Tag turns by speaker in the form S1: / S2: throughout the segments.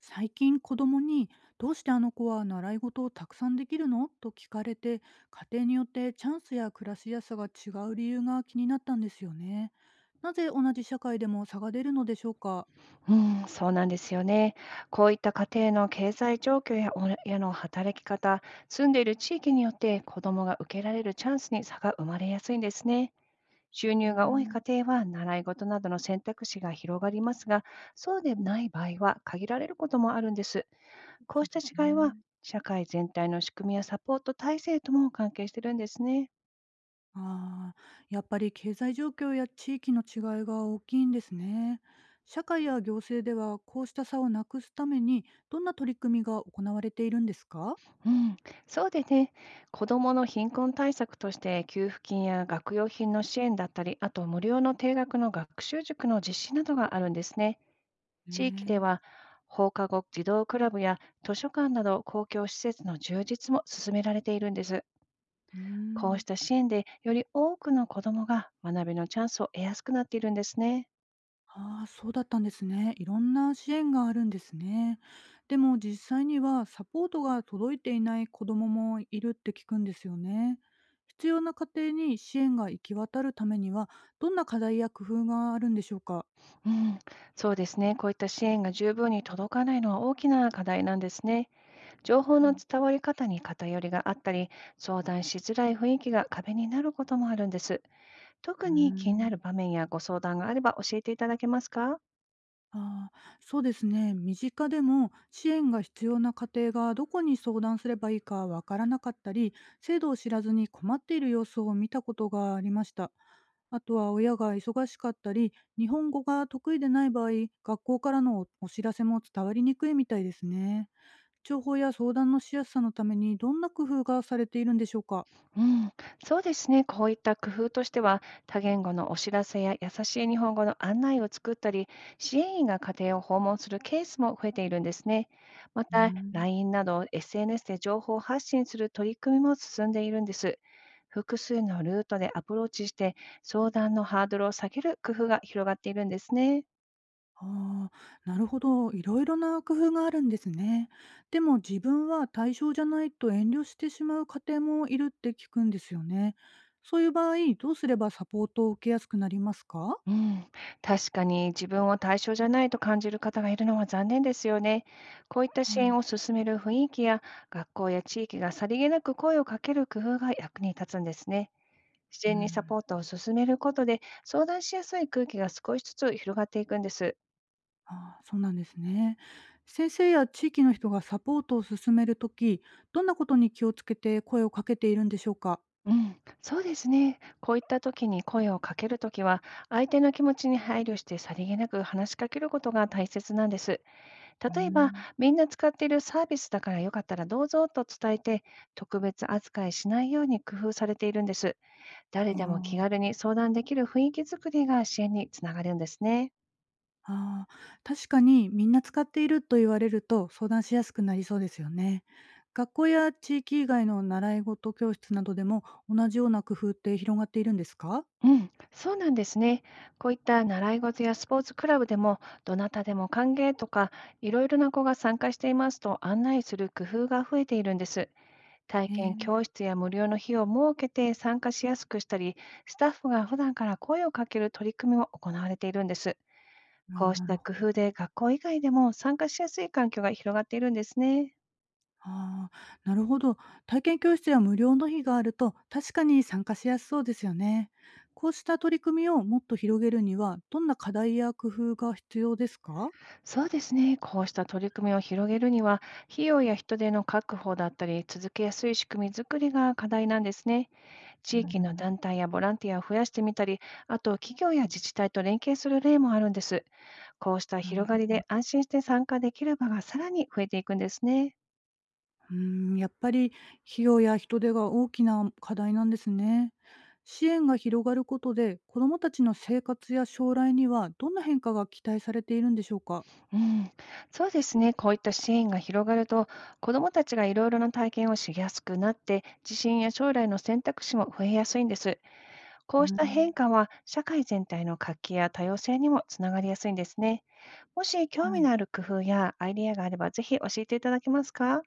S1: 最近子供に「どうしてあの子は習い事をたくさんできるの？」と聞かれて、家庭によってチャンスや暮らしやすさが違う理由が気になったんですよね。なぜ同じ社会でも差が出るのでしょうか？
S2: うん、そうなんですよね。こういった家庭の経済状況や親の働き方、住んでいる地域によって子どもが受けられるチャンスに差が生まれやすいんですね。収
S1: うー
S2: 入が多い
S1: ん、
S2: 家庭は習い事などの選択肢が広がりますが、そうでない場合は限られることもあるんです。こう
S1: そう
S2: し
S1: です
S2: た違いは
S1: ね。
S2: 社会全体の仕組みやサポート体制とも関係してるんですね。
S1: ああ、やっぱり経済状況や地域の違いが大きいんですね。社会や行政ではこうした差をなくすためにどんな取り組みが行われているんですか？
S2: うん、そうでね、子どもの貧困対策として給付金や学用品の支援だったり、あと無料の定額の学習塾の実施などがあるんですね。地域で
S1: え
S2: は
S1: え。
S2: 放課後児童クラブや図書館など公共施設の充実も進められているんです。
S1: うー
S2: こう
S1: ん。
S2: した支援でより多くの子どもが学びのチャンスを得やすくなっているんですね。
S1: ああ、そうだったんですね。いろんな支援があるんですね。でも実際にはサポートが届いていない子どももいるって聞くんですよね。必要な家庭に支援が行き渡るためには、どんな課題や工夫があるんでしょうか。
S2: うん、そうですね。こういった支援が十分に届かないのは大きな課題なんですね。情報
S1: は
S2: の
S1: い。
S2: 伝わり方に偏りがあったり、相談しづらい雰囲気が壁になることもあるんです。
S1: う
S2: 特
S1: ー
S2: に気にな
S1: ん。
S2: る場面やご相談があれば教えていただけますか？
S1: ああ、そうですね。身近でも支援が必要な家庭がどこに相談すればいいかわからなかったり、制度を知らずに困っている様子を見たことがありました。あとは親が忙しかったり、日本語が得意でない場合、学校からのお知らせも伝わりにくいみたいですね。情報や相談のしやすさのためにどんな工夫がされているんでしょうか？
S2: うん、そうですね。こういった工夫としては、多言語のお知らせや優しい日本語の案内を作ったり、支援員が家庭を訪問するケースも増えているんですね。ま
S1: うー
S2: た、
S1: ん。
S2: LINE など SNS で情報を発信する取り組みも進んでいるんです。複数のルートでアプローチして、相談のハードルを下げる工夫が広がっているんですね。
S1: ああ、なるほど。いろいろな工夫があるんですね。でも自分は対象じゃないと遠慮してしまう家庭もいるって聞くんですよね。そういう場合、どうすればサポートを受けやすくなりますか？
S2: うん、確かに自分を対象じゃないと感じる方がいるのは残念ですよね。こういった支
S1: はい。
S2: 援を進める雰囲気や学校や地域がさりげなく声をかける工夫が役に立つんですね。自
S1: う
S2: 然にサ
S1: ん。
S2: ポートを進めることで相談しやすい空気が少しずつ広がっていくんです。
S1: ああ、そうなんですね。先生や地域の人がサポートを進めるとき、どんなことに気をつけて声をかけているんでしょうか？
S2: うん、そうですね。こういった時に声をかけるときは、相手の気持ちに配慮してさりげなく話しかけることが大切なんです。
S1: うー
S2: 例えば、
S1: ん。
S2: みんな使っているサービスだからよかったらどうぞと伝えて、特別扱いしないように工夫されているんです。誰
S1: あ
S2: でも気
S1: あ、
S2: 軽に相談できる雰囲気づくりが支援につながるんですね。
S1: ああ、確かにみんな使っていると言われると相談しやすくなりそうですよね。学校や地域以外の習い事教室などでも同じような工夫って広がっているんですか？
S2: うん、そうなんですね。こういった習い事やスポーツクラブでも、どなたでも歓迎とか、いろいろな子が参加していますと案内する工夫が増えているんです。体
S1: へ
S2: 験
S1: え。
S2: 教室や無料の日を設けて参加しやすくしたり、スタッフが普段から声をかける取り組みも行われているんです。
S1: あ
S2: こ
S1: あ、
S2: うし
S1: なる
S2: た
S1: ほ
S2: 工
S1: ど。
S2: 夫で学校以外でも参加しやすい環境が広がっているんですね。
S1: ああ、なるほど。体験教室や無料の日があると確かに参加しやすそうですよね。こうした取り組みをもっと広げるにはどんな課題や工夫が必要ですか？
S2: そうですね。こうした取り組みを広げるには、費用や人手の確保だったり、続けやすい仕組み作りが課題なんですね。
S1: う
S2: 地域の
S1: ん、
S2: 団体やボランティアを増やしてみたり、あと企業や自治体と連携する例もあるんです。こうした
S1: なる
S2: 広が
S1: ほ
S2: り
S1: ど。
S2: で安心して参加できる場がさらに増えていくんですね。
S1: うん、やっぱり費用や人手が大きな課題なんですね。支援が広がることで子どもたちの生活や将来にはどんな変化が期待されているんでしょうか？
S2: うん、そうですね。こういった支援が広がると、子どもたちがいろいろな体験をしやすくなって、自信や将来の選択肢も増えやすいんです。こ
S1: う
S2: うした変
S1: ん。
S2: 化は社会全体の活気や多様性にもつながりやすいんですね。もし興
S1: は
S2: 味の
S1: い。
S2: ある工夫やアイデアがあればぜひ教えていただけますか？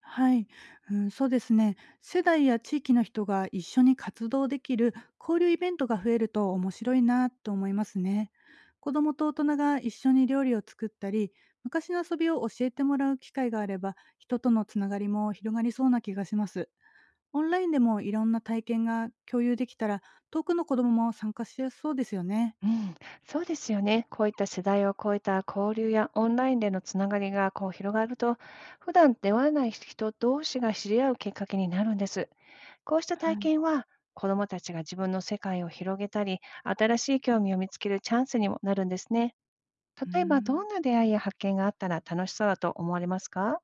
S1: はい、うん、そうですね。世代や地域の人が一緒に活動できる交流イベントが増えると面白いなと思いますね。子どもと大人が一緒に料理を作ったり、昔の遊びを教えてもらう機会があれば、人とのつながりも広がりそうな気がします。オンラインでもいろんな体験が共有できたら、遠くの子どもも参加しやすそうですよね。
S2: うん、そうですよね。こういった世代を超えた交流やオンラインでのつながりがこう広がると、普段出会わない人同士が知り合うきっかけになるんです。こうした
S1: は
S2: 体
S1: い。
S2: 験は、子どもたちが自分の世界を広げたり、新しい興味を見つけるチャンスにもなるんですね。
S1: う
S2: 例えば、ど
S1: ん。
S2: んな出会いや発見があったら楽しそうだと思われますか？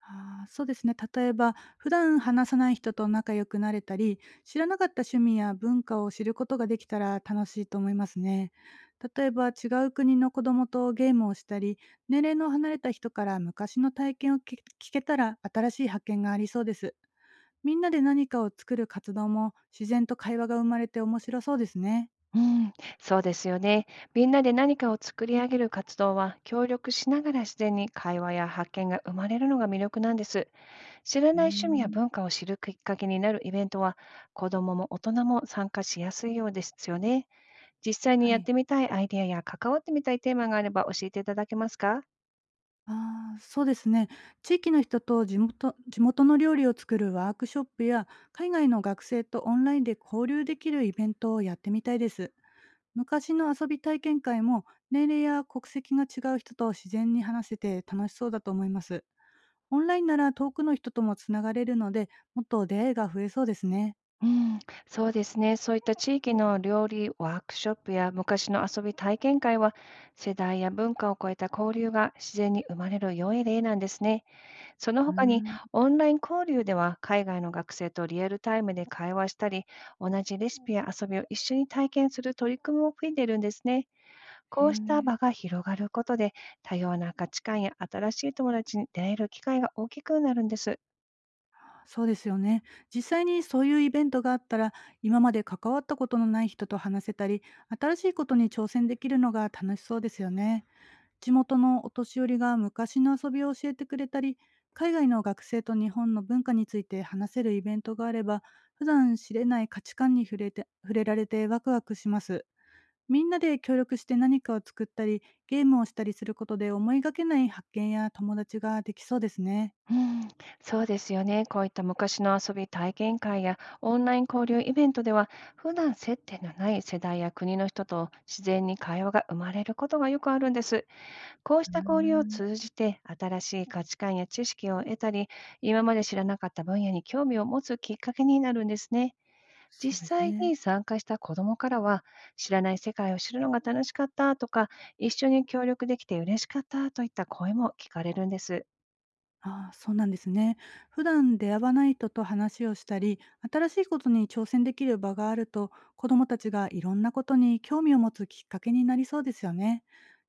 S1: ああ、そうですね。例えば、普段話さない人と仲良くなれたり、知らなかった趣味や文化を知ることができたら楽しいと思いますね。例えば、違う国の子供とゲームをしたり、年齢の離れた人から昔の体験を聞けたら新しい発見がありそうです。みんなで何かを作る活動も自然と会話が生まれて面白そうですね。
S2: うん、そうですよね。みんなで何かを作り上げる活動は協力しながら自然に会話や発見が生まれるのが魅力なんです。知ら
S1: うー
S2: ない趣味や
S1: ん。
S2: 文化を知るきっかけになるイベントは子どもも大人も参加しやすいようですよね。実際に
S1: は
S2: やっ
S1: い。
S2: てみたいアイデアや関わってみたいテーマがあれば教えていただけますか？
S1: ああ、そうですね。地域の人と地元の料理を作るワークショップや、海外の学生とオンラインで交流できるイベントをやってみたいです。昔の遊び体験会も、年齢や国籍が違う人と自然に話せて楽しそうだと思います。オンラインなら遠くの人ともつながれるので、もっと出会いが増えそうですね。
S2: うん、そうですね。そういった地域の料理ワークショップや昔の遊び体験会は世代や文化を超えた交流が自然に生まれる良い例なんですね。その
S1: うー
S2: 他に、
S1: ん、
S2: オンライン交流では海外の学生とリアルタイムで会話したり、同じレシピや遊びを一緒に体験する取り組みも増えているんですね。
S1: へ
S2: こうした
S1: え。
S2: 場が広がることで、多様な価値観や新しい友達に出会える機会が大きくなるんです。
S1: そうですよね。実際にそういうイベントがあったら、今まで関わったことのない人と話せたり、新しいことに挑戦できるのが楽しそうですよね。地元のお年寄りが昔の遊びを教えてくれたり、海外の学生と日本の文化について話せるイベントがあれば、普段知れない価値観に触れられてワクワクします。みんなで協力して何かを作ったり、ゲームをしたりすることで思いがけない発見や友達ができそうですね。
S2: うん、そうですよね。こういった昔の遊び体験会やオンライン交流イベントでは、普段接点のない世代や国の人と自然に会話が生まれることがよくあるんです。こうし
S1: うー
S2: た交流を
S1: ん、
S2: 通じて、新しい価値観や知識を得たり、今まで知らなかった分野に興味を持つきっかけになるんですね。
S1: そうで
S2: 実
S1: す
S2: 際
S1: ね。
S2: に参加した子どもからは、知らない世界を知るのが楽しかったとか、一緒に協力できて嬉しかったといった声も聞かれるんです。
S1: ああ、そうなんですね。普段出会わない人と話をしたり、新しいことに挑戦できる場があると、子どもたちがいろんなことに興味を持つきっかけになりそうですよね。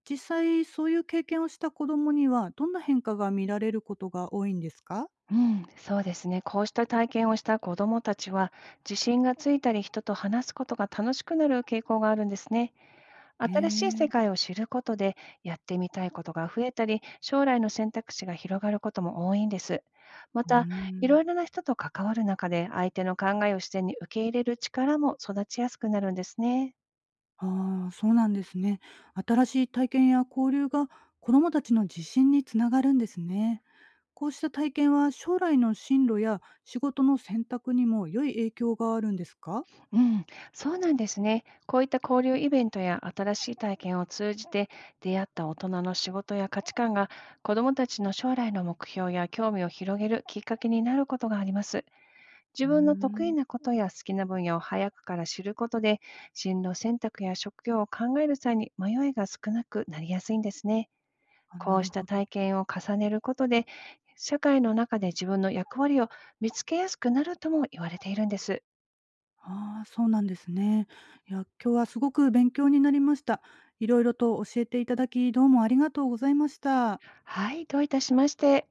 S1: 実際、そういう経験をした子どもには、どんな変化が見られることが多いんですか？
S2: うん、そうですね。こうした体験をした子どもたちは、自信がついたり、人と話すことが楽しくなる傾向があるんですね。
S1: へ
S2: 新しい
S1: え。
S2: 世界を知ることで、やってみたいことが増えたり、将来の選択肢が広がることも多いんです。ま
S1: う
S2: た、
S1: ー
S2: い
S1: ん。
S2: ろいろな人と関わる中で、相手の考えを自然に受け入れる力も育ちやすくなるんですね。
S1: ああ、そうなんですね。新しい体験や交流が子どもたちの自信につながるんですね。こうした体験は将来の進路や仕事の選択にも良い影響があるんですか？
S2: うん、そうなんですね。こういった交流イベントや新しい体験を通じて、出会った大人の仕事や価値観が、子どもたちの将来の目標や興味を広げるきっかけになることがあります。
S1: う
S2: 自
S1: ー
S2: 分の得意
S1: ん。
S2: なことや好きな分野を早くから知ることで、進路選択や職業を考える際に迷いが少なくなりやすいんですね。
S1: あ、な
S2: こう
S1: る
S2: した
S1: ほど。
S2: 体験を重ねることで、社会の中で自分の役割を見つけやすくなるとも言われているんです。
S1: ああ、そうなんですね。いや、今日はすごく勉強になりました。いろいろと教えていただき、どうもありがとうございました。
S2: はい、どういたしまして。